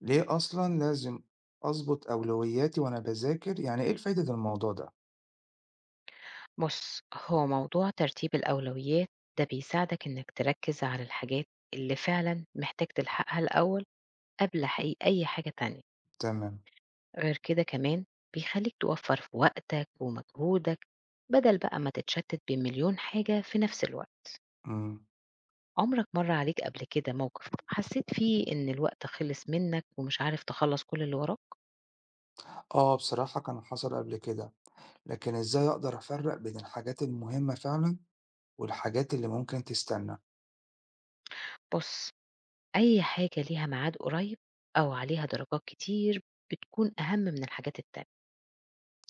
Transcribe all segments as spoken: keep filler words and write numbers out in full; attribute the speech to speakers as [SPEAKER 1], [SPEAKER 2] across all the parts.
[SPEAKER 1] ليه أصلًا لازم أضبط أولوياتي وأنا باذاكر، يعني إيه الفايدة الموضوع ده؟
[SPEAKER 2] بُص، هو موضوع ترتيب الأولويات ده بيساعدك إنك تركّز على الحاجات اللي فعلًا محتاج تلحقها الأول قبل حي أي حاجة تانية.
[SPEAKER 1] تمام،
[SPEAKER 2] غير كده كمان بيخلّيك توفّر في وقتك ومجهودك، بدل بقى ما تتشتت بين مليون حاجة في نفس الوقت.
[SPEAKER 1] إمم،
[SPEAKER 2] عمرك مَر عليك قبل كده موقف حسّيت فيه إن الوقت خلص منك ومش عارف تخلّص كل اللي وراك؟
[SPEAKER 1] آه بصراحة كان حصل قبل كده، لكن إزاي أقدر أفرّق بين الحاجات المهمة فعلًا والحاجات اللي ممكن تستنى؟
[SPEAKER 2] بُص، أي حاجة ليها ميعاد قريب أو عليها درجات كتير بتكون أهم من الحاجات التانية.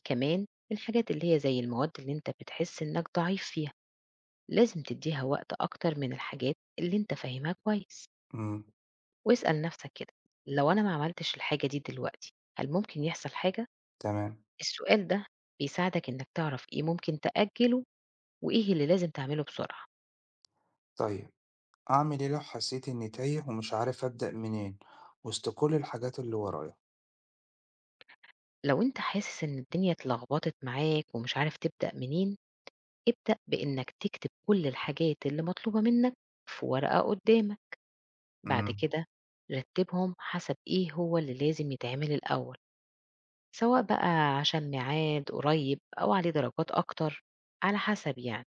[SPEAKER 2] كمان الحاجات اللي هي زي المواد اللي انت بتحس انك ضعيف فيها لازم تديها وقت اكتر من الحاجات اللي انت فاهمها كويس.
[SPEAKER 1] إمم،
[SPEAKER 2] واسأل نفسك كده، لو انا ما عملتش الحاجة دي دلوقتي هل ممكن يحصل حاجة؟
[SPEAKER 1] تمام،
[SPEAKER 2] السؤال ده بيساعدك انك تعرف ايه ممكن تأجله وايه اللي لازم تعمله بسرعة.
[SPEAKER 1] طيب أعمل إيه لو حسيت إني تايه ومش عارف أبدأ منين وسط كل الحاجات اللي ورايا؟
[SPEAKER 2] لو انت حاسس ان الدنيا اتلخبطت معاك ومش عارف تبدأ منين، ابدأ بانك تكتب كل الحاجات اللي مطلوبة منك في ورقة قدامك. بعد
[SPEAKER 1] إمم،
[SPEAKER 2] كده رتبهم حسب إيه هو اللي لازم يتعمل الأول، سواء بقى عشان ميعاد قريب أو عليه درجات أكتر، على حسب يعني.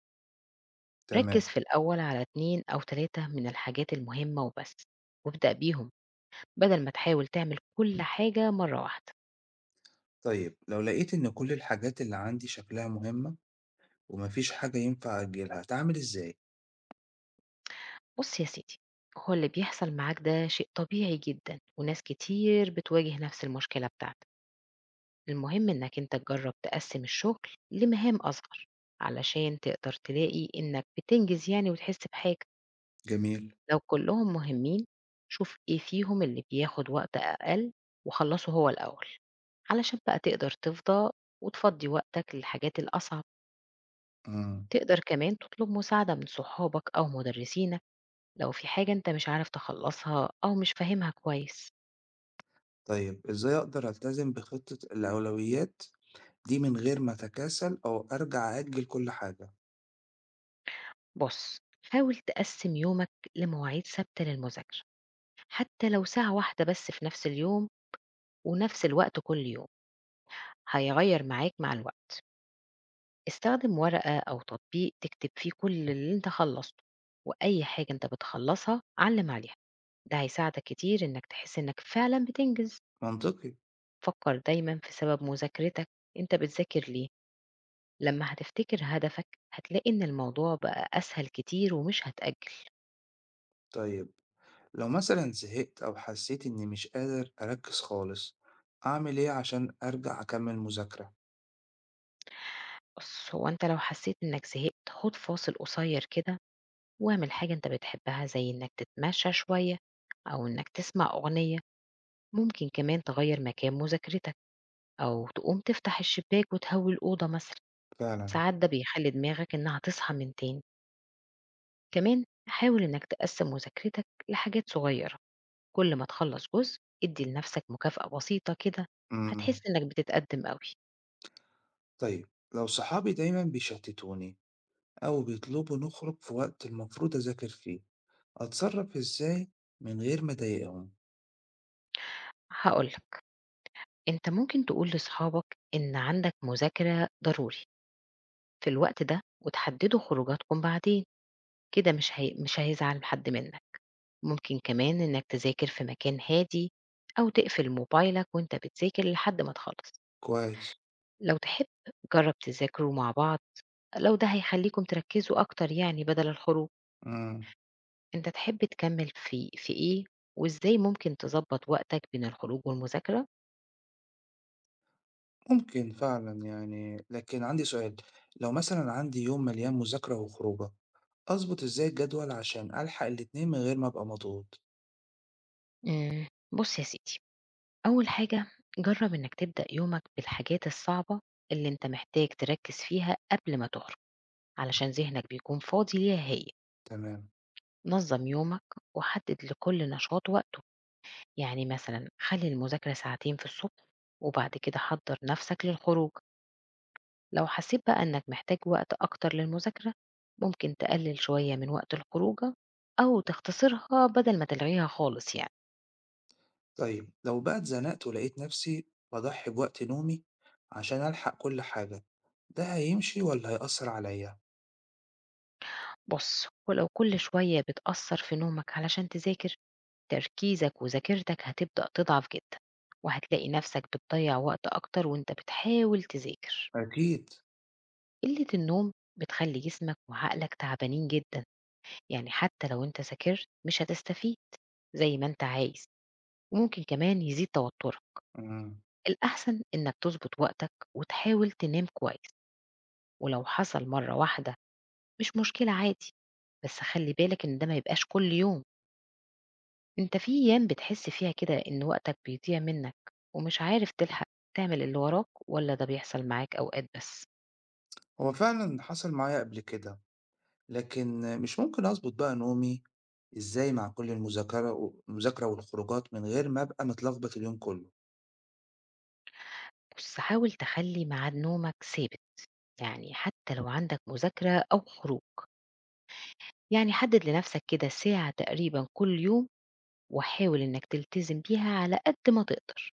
[SPEAKER 1] تمام،
[SPEAKER 2] ركز في الأول على اتنين أو تلاتة من الحاجات المهمة وبس، وابدأ بيهم بدل ما تحاول تعمل كل حاجة مرة واحدة.
[SPEAKER 1] طيب لو لقيت إن كل الحاجات اللي عندي شكلها مهمة وما فيش حاجة ينفع أأجلها، أتعامل إزاي؟
[SPEAKER 2] بص يا سيدي، هو اللي بيحصل معاك ده شيء طبيعي جدا وناس كتير بتواجه نفس المشكلة بتاعتك. المهم إنك أنت تجرب تقسم الشغل لمهام أصغر، علشان تقدر تلاقي إنك بتنجز يعني وتحس بحاجة.
[SPEAKER 1] جميل،
[SPEAKER 2] لو كلهم مهمين، شوف إيه فيهم اللي بياخد وقت أقل وخلصه هو الأول، علشان بقى تقدر تفضى وتفضي وقتك للحاجات الأصعب.
[SPEAKER 1] إمم.
[SPEAKER 2] تقدر كمان تطلب مساعدة من صحابك أو مدرسينك لو في حاجة أنت مش عارف تخلصها أو مش فاهمها كويس.
[SPEAKER 1] طيب إزاي أقدر ألتزم بخطة الأولويات دي من غير ما أتكاسل أو أرجع أجل كل حاجة؟
[SPEAKER 2] بص، حاول تقسم يومك لمواعيد ثابتة للمذاكرة، حتى لو ساعة واحدة بس في نفس اليوم ونفس الوقت كل يوم، هيغير معاك مع الوقت. استخدم ورقة أو تطبيق تكتب فيه كل اللي انت خلصته، وأي حاجة انت بتخلصها علم عليها. ده هيساعدك كتير انك تحس انك فعلا بتنجز.
[SPEAKER 1] منطقي.
[SPEAKER 2] فكر دايما في سبب مذاكرتك، انت بتذاكر ليه. لما هتفتكر هدفك هتلاقي ان الموضوع بقى أسهل كتير ومش هتأجل.
[SPEAKER 1] طيب لو مثلا زهقت أو حسيت إني مش قادر أركز خالص أعمل إيه عشان أرجع أكمل مذاكرة؟
[SPEAKER 2] بص، هو انت لو حسيت انك زهقت خد فاصل قصير كده، واعمل حاجة أنت بتحبها زي إنك تتمشى شوية أو إنك تسمع أغنية. ممكن كمان تغير مكان مذاكرتك، أو تقوم تفتح الشباك وتهوي الأوضة مثلا.
[SPEAKER 1] فعلا.
[SPEAKER 2] ساعات ده بيخلي دماغك إنها تصحى من تاني. كمان حاول إنك تقسم مذاكرتك لحاجات صغيرة، كل ما تخلص جزء ادي لنفسك مكافأة بسيطة كده،
[SPEAKER 1] امم.
[SPEAKER 2] هتحس إنك بتتقدم أوي.
[SPEAKER 1] طيب لو صحابي دايما بيشتتوني أو بيطلبوا نخرج في وقت المفروض أذاكر فيه أتصرف إزاي من غير ما أضايقهم؟
[SPEAKER 2] هقولك، أنت ممكن تقول لأصحابك إن عندك مذاكرة ضروري في الوقت ده وتحددوا خروجاتكم بعدين، كده مش هي مش هيزعل حد منك. ممكن كمان إنك تذاكر في مكان هادي، أو تقفل موبايلك وأنت بتذاكر لحد ما تخلص.
[SPEAKER 1] كويس.
[SPEAKER 2] لو تحب جرب تذاكروا مع بعض، لو ده هيخليكم تركزوا أكتر يعني بدل الخروج.
[SPEAKER 1] امم.
[SPEAKER 2] أنت تحب تكمل في في إيه، وإزاي ممكن تضبط وقتك بين الخروج والمذاكرة؟
[SPEAKER 1] ممكن فعلًا يعني، لكن عندي سؤال، لو مثلًا عندي يوم مليان مذاكرة وخروجة، أضبط إزاي الجدول عشان ألحق الاتنين من غير ما أبقى مضغوط؟
[SPEAKER 2] إمم، بُص يا سيدي، أول حاجة جرب إنك تبدأ يومك بالحاجات الصعبة اللي أنت محتاج تركز فيها قبل ما تخرج، علشان ذهنك بيكون فاضي ليها هي.
[SPEAKER 1] تمام،
[SPEAKER 2] نظم يومك وحدد لكل نشاط وقته، يعني مثلا خلي المذاكرة ساعتين في الصبح وبعد كده حضر نفسك للخروج. لو حسيت بقى انك محتاج وقت اكتر للمذاكرة، ممكن تقلل شوية من وقت الخروجة او تختصرها بدل ما تلغيها خالص يعني.
[SPEAKER 1] طيب لو بقى اتزنقت ولقيت نفسي باضحي بوقت نومي عشان ألحق كل حاجة، ده هيمشي والّا هيأثر عليّا؟
[SPEAKER 2] بص، ولو كل شوية بتأثر في نومك علشان تذاكر، تركيزك وذاكرتك هتبدأ تضعف جدا، وهتلاقي نفسك بتضيع وقت اكتر وانت بتحاول تذاكر.
[SPEAKER 1] أكيد،
[SPEAKER 2] قلة النوم بتخلّي جسمك وعقلك تعبانين جدًا، يعني حتى لو أنت ذاكرت مش هتستفيد زي ما أنت عايز، وممكن كمان يزيد توترك.
[SPEAKER 1] إمم،
[SPEAKER 2] الأحسن إنك تضبط وقتك وتحاول تنام كويس، ولو حصل مرّة واحدة مش مشكلة عادي، بس خلّي بالك إن ده ما يبقاش كل يوم. أنت في أيام بتحس فيها كده إن وقتك بيضيع منك ومش عارف تلحق تعمل اللي وراك، والّا ده بيحصل معاك أوقات بس؟
[SPEAKER 1] هو فعلًا حصل معايا قبل كده، لكن مش ممكن أضبط بقى نومي إزاي مع كل المذاكرة والمذاكرة والخروجات من غير ما أبقى متلخبط اليوم كله؟
[SPEAKER 2] بُص، حاول تخلّي ميعاد نومك ثابت، يعني حتى لو عندك مذاكرة أو خروج، يعني حدد لنفسك كده ساعة تقريبا كل يوم وحاول إنك تلتزم بيها على قد ما تقدر.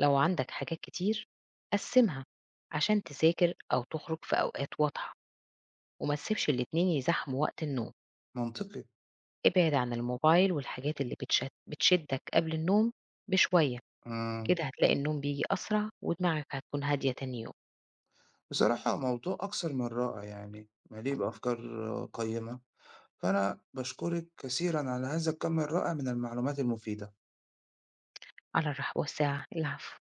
[SPEAKER 2] لو عندك حاجات كتير قسمها، عشان تذاكر أو تخرج في أوقات واضحة، وما تسيبش الاتنين يزاحموا وقت النوم.
[SPEAKER 1] منطقي.
[SPEAKER 2] ابعد عن الموبايل والحاجات اللي بتشت بتشدك قبل النوم بشوية.
[SPEAKER 1] إمم.
[SPEAKER 2] كده هتلاقي النوم بيجي أسرع ودماغك هتكون هادية تاني يوم.
[SPEAKER 1] بصراحة موضوع أكثر من رائع يعني، مليء بأفكار قيّمة، فأنا باشكرِك كثيرًا على هذا الكم الرائع من المعلومات المفيدة.
[SPEAKER 2] على الرحب والساعة العفو.